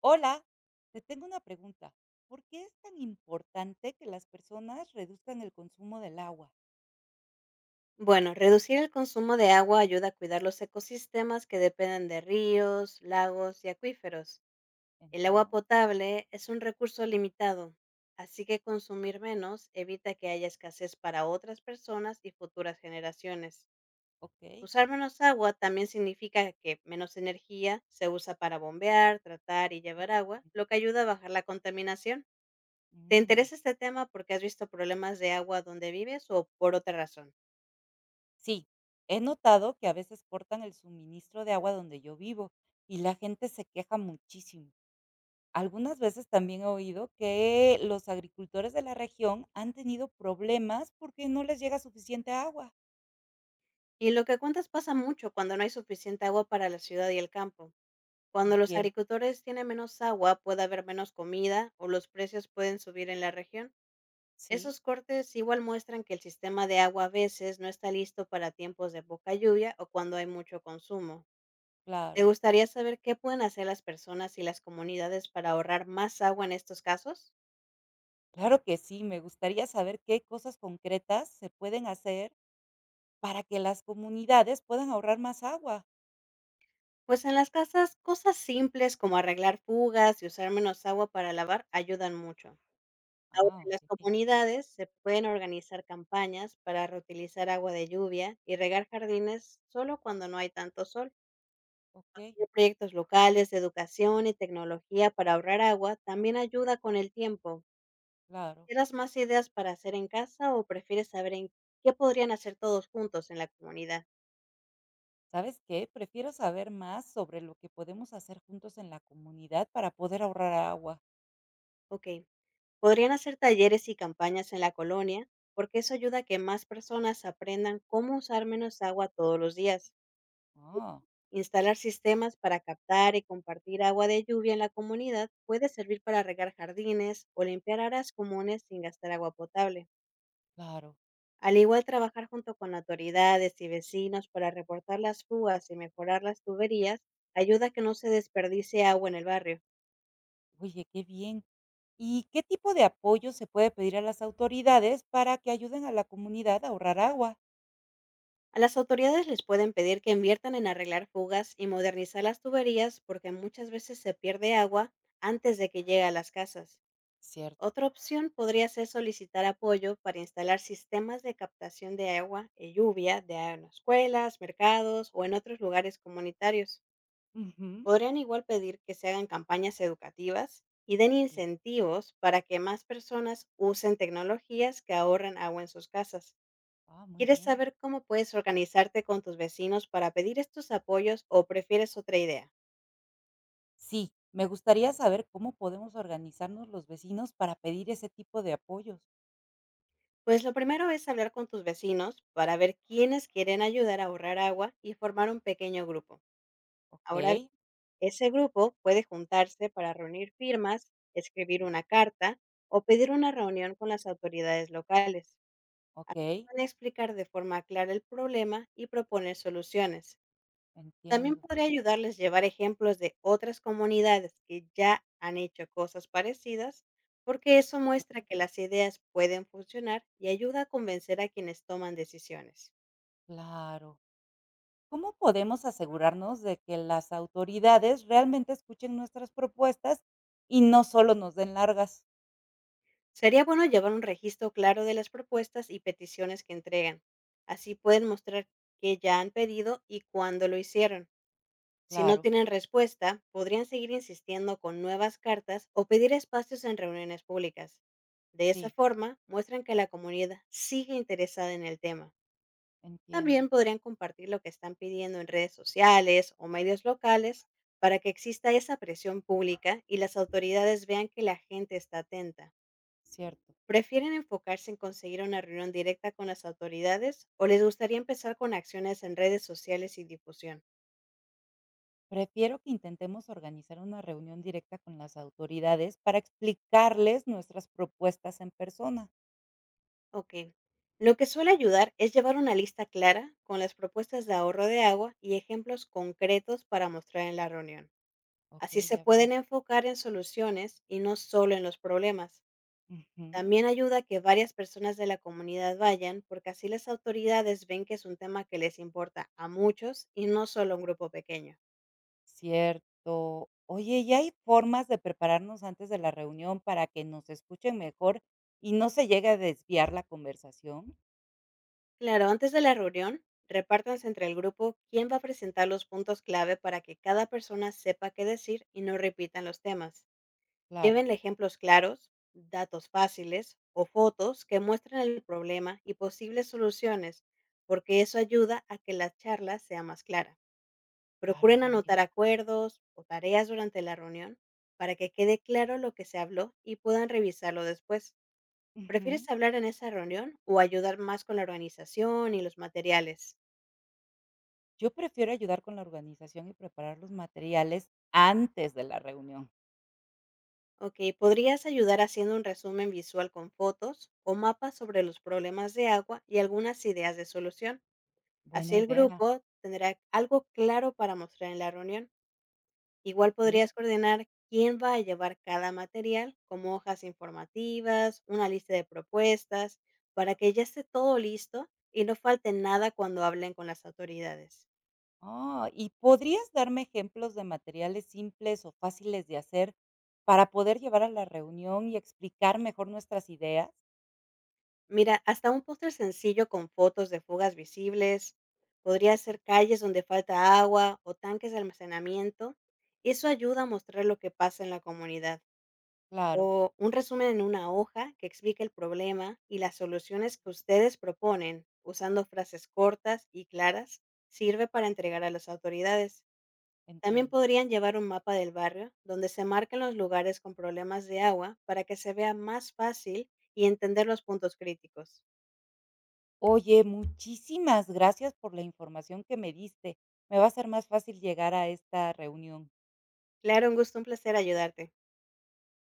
Hola, te tengo una pregunta. ¿Por qué es tan importante que las personas reduzcan el consumo del agua? Bueno, reducir el consumo de agua ayuda a cuidar los ecosistemas que dependen de ríos, lagos y acuíferos. El agua Entiendo. potable es un recurso limitado, así que consumir menos evita que haya escasez para otras personas y futuras generaciones. Ok. Usar menos agua también significa que menos energía se usa para bombear, tratar y llevar agua, lo que ayuda a bajar la contaminación. ¿Te mm, interesa este tema porque has visto problemas de agua donde vives o por otra razón? Sí, he notado que a veces cortan el suministro de agua donde yo vivo y la gente se queja muchísimo. Algunas veces también he oído que los agricultores de la región han tenido problemas porque no les llega suficiente agua. Y lo que cuentas pasa mucho cuando no hay suficiente agua para la ciudad y el campo. Cuando los Entiendo. agricultores tienen menos agua, puede haber menos comida o los precios pueden subir en la región. Sí, Esos cortes igual muestran que el sistema de agua a veces no está listo para tiempos de poca lluvia o cuando hay mucho consumo. ¿Te claro. gustaría saber qué pueden hacer las personas y las comunidades para ahorrar más agua en estos casos? Claro que sí, me gustaría saber qué cosas concretas se pueden hacer para que las comunidades puedan ahorrar más agua. Pues en las casas, cosas simples como arreglar fugas y usar menos agua para lavar ayudan mucho. Ahora, Ah, las ok. Sí, comunidades se pueden organizar campañas para reutilizar agua de lluvia y regar jardines solo cuando no hay tanto sol. ok, Y proyectos locales de educación y tecnología para ahorrar agua también ayuda con el tiempo. claro. ¿Quieras más ideas para hacer en casa o prefieres saber en qué podrían hacer todos juntos en la comunidad? ¿Sabes qué? Prefiero saber más sobre lo que podemos hacer juntos en la comunidad para poder ahorrar agua. Ok, podrían hacer talleres y campañas en la colonia, porque eso ayuda a que más personas aprendan cómo usar menos agua todos los días. Ah, Instalar sistemas para captar y compartir agua de lluvia en la comunidad puede servir para regar jardines o limpiar áreas comunes sin gastar agua potable. claro. Al igual, trabajar junto con autoridades y vecinos para reportar las fugas y mejorar las tuberías ayuda a que no se desperdicie agua en el barrio. Oye, qué bien. ¿Y qué tipo de apoyo se puede pedir a las autoridades para que ayuden a la comunidad a ahorrar agua? A las autoridades les pueden pedir que inviertan en arreglar fugas y modernizar las tuberías, porque muchas veces se pierde agua antes de que llegue a las casas. Cierto, Otra opción podría ser solicitar apoyo para instalar sistemas de captación de agua y lluvia de agua en escuelas, mercados o en otros lugares comunitarios. ujú, Podrían igual pedir que se hagan campañas educativas y den sí. incentivos para que más personas usen tecnologías que ahorran agua en sus casas. Ah, muy ¿Quieres bien. saber cómo puedes organizarte con tus vecinos para pedir estos apoyos o prefieres otra idea? Sí, me gustaría saber cómo podemos organizarnos los vecinos para pedir ese tipo de apoyos. Pues lo primero es hablar con tus vecinos para ver quiénes quieren ayudar a ahorrar agua y formar un pequeño grupo. Ahora bien, Ok, ese grupo puede juntarse para reunir firmas, escribir una carta o pedir una reunión con las autoridades locales. Así ok. pueden explicar de forma clara el problema y proponer soluciones. También Entiendo. podría ayudarles llevar ejemplos de otras comunidades que ya han hecho cosas parecidas, porque eso muestra Okey, que las ideas pueden funcionar y ayuda a convencer a quienes toman decisiones. claro. ¿Cómo podemos asegurarnos de que las autoridades realmente escuchen nuestras propuestas y no solo nos den largas? Sería bueno llevar un registro claro de las propuestas y peticiones que entregan. Así pueden mostrar qué ya han pedido y cuándo lo hicieron. Si no Claro, tienen respuesta, podrían seguir insistiendo con nuevas cartas o pedir espacios en reuniones públicas. De esa sí, forma, muestran que la comunidad sigue interesada en el tema. entiendo, También podrían compartir lo que están pidiendo en redes sociales o medios locales, para que exista esa presión pública y las autoridades vean que la gente está atenta. cierto. ¿Prefieren enfocarse en conseguir una reunión directa con las autoridades o les gustaría empezar con acciones en redes sociales y difusión? Prefiero que intentemos organizar una reunión directa con las autoridades para explicarles nuestras propuestas en persona. Ok. Lo que suele ayudar es llevar una lista clara con las propuestas de ahorro de agua y ejemplos concretos para mostrar en la reunión. Así Okey, se ya veo. pueden enfocar en soluciones y no solo en los problemas. Ujú. También ayuda que varias personas de la comunidad vayan, porque así las autoridades ven que es un tema que les importa a muchos y no solo a un grupo pequeño. Cierto. Oye, ¿y hay formas de prepararnos antes de la reunión para que nos escuchen mejor y no se llegue a desviar la conversación? Claro, antes de la reunión, repártanse entre el grupo quién va a presentar los puntos clave, para que cada persona sepa qué decir y no repitan los temas. Claro, Lleven ejemplos claros, datos fáciles o fotos que muestren el problema y posibles soluciones, porque eso ayuda a que la charla sea más clara. claro, Procuren buena idea. anotar acuerdos o tareas durante la reunión, para que quede claro lo que se habló y puedan revisarlo después. Ujú. ¿Prefieres hablar en esa reunión o ayudar más con la organización y los materiales? Yo prefiero ayudar con la organización y preparar los materiales antes de la reunión. Ok, ¿podrías ayudar haciendo un resumen visual con fotos o mapas sobre los problemas de agua y algunas ideas de solución? Buena Así el idea. grupo tendrá algo claro para mostrar en la reunión. Igual Ok. podrías coordinar quién va a llevar cada material, como hojas informativas, una lista de propuestas, para que ya esté todo listo y no falte nada cuando hablen con las autoridades. Ah, ¿y podrías darme ejemplos de materiales simples o fáciles de hacer para poder llevar a la reunión y explicar mejor nuestras ideas? Mira, hasta un póster sencillo con fotos de fugas visibles, podría Oh, ser calles donde falta agua o tanques de almacenamiento. Eso ayuda a mostrar lo que pasa en la comunidad. claro, O un resumen en una hoja que explique el problema y las soluciones que ustedes proponen, usando frases cortas y claras, sirve para entregar a las autoridades. También entiendo. podrían llevar un mapa del barrio donde se marquen los lugares con problemas de agua, para que se vea más fácil y entender los puntos críticos. Oye, muchísimas gracias por la información que me diste. Me va a ser más fácil llegar a esta reunión. Claro, un gusto, un placer ayudarte.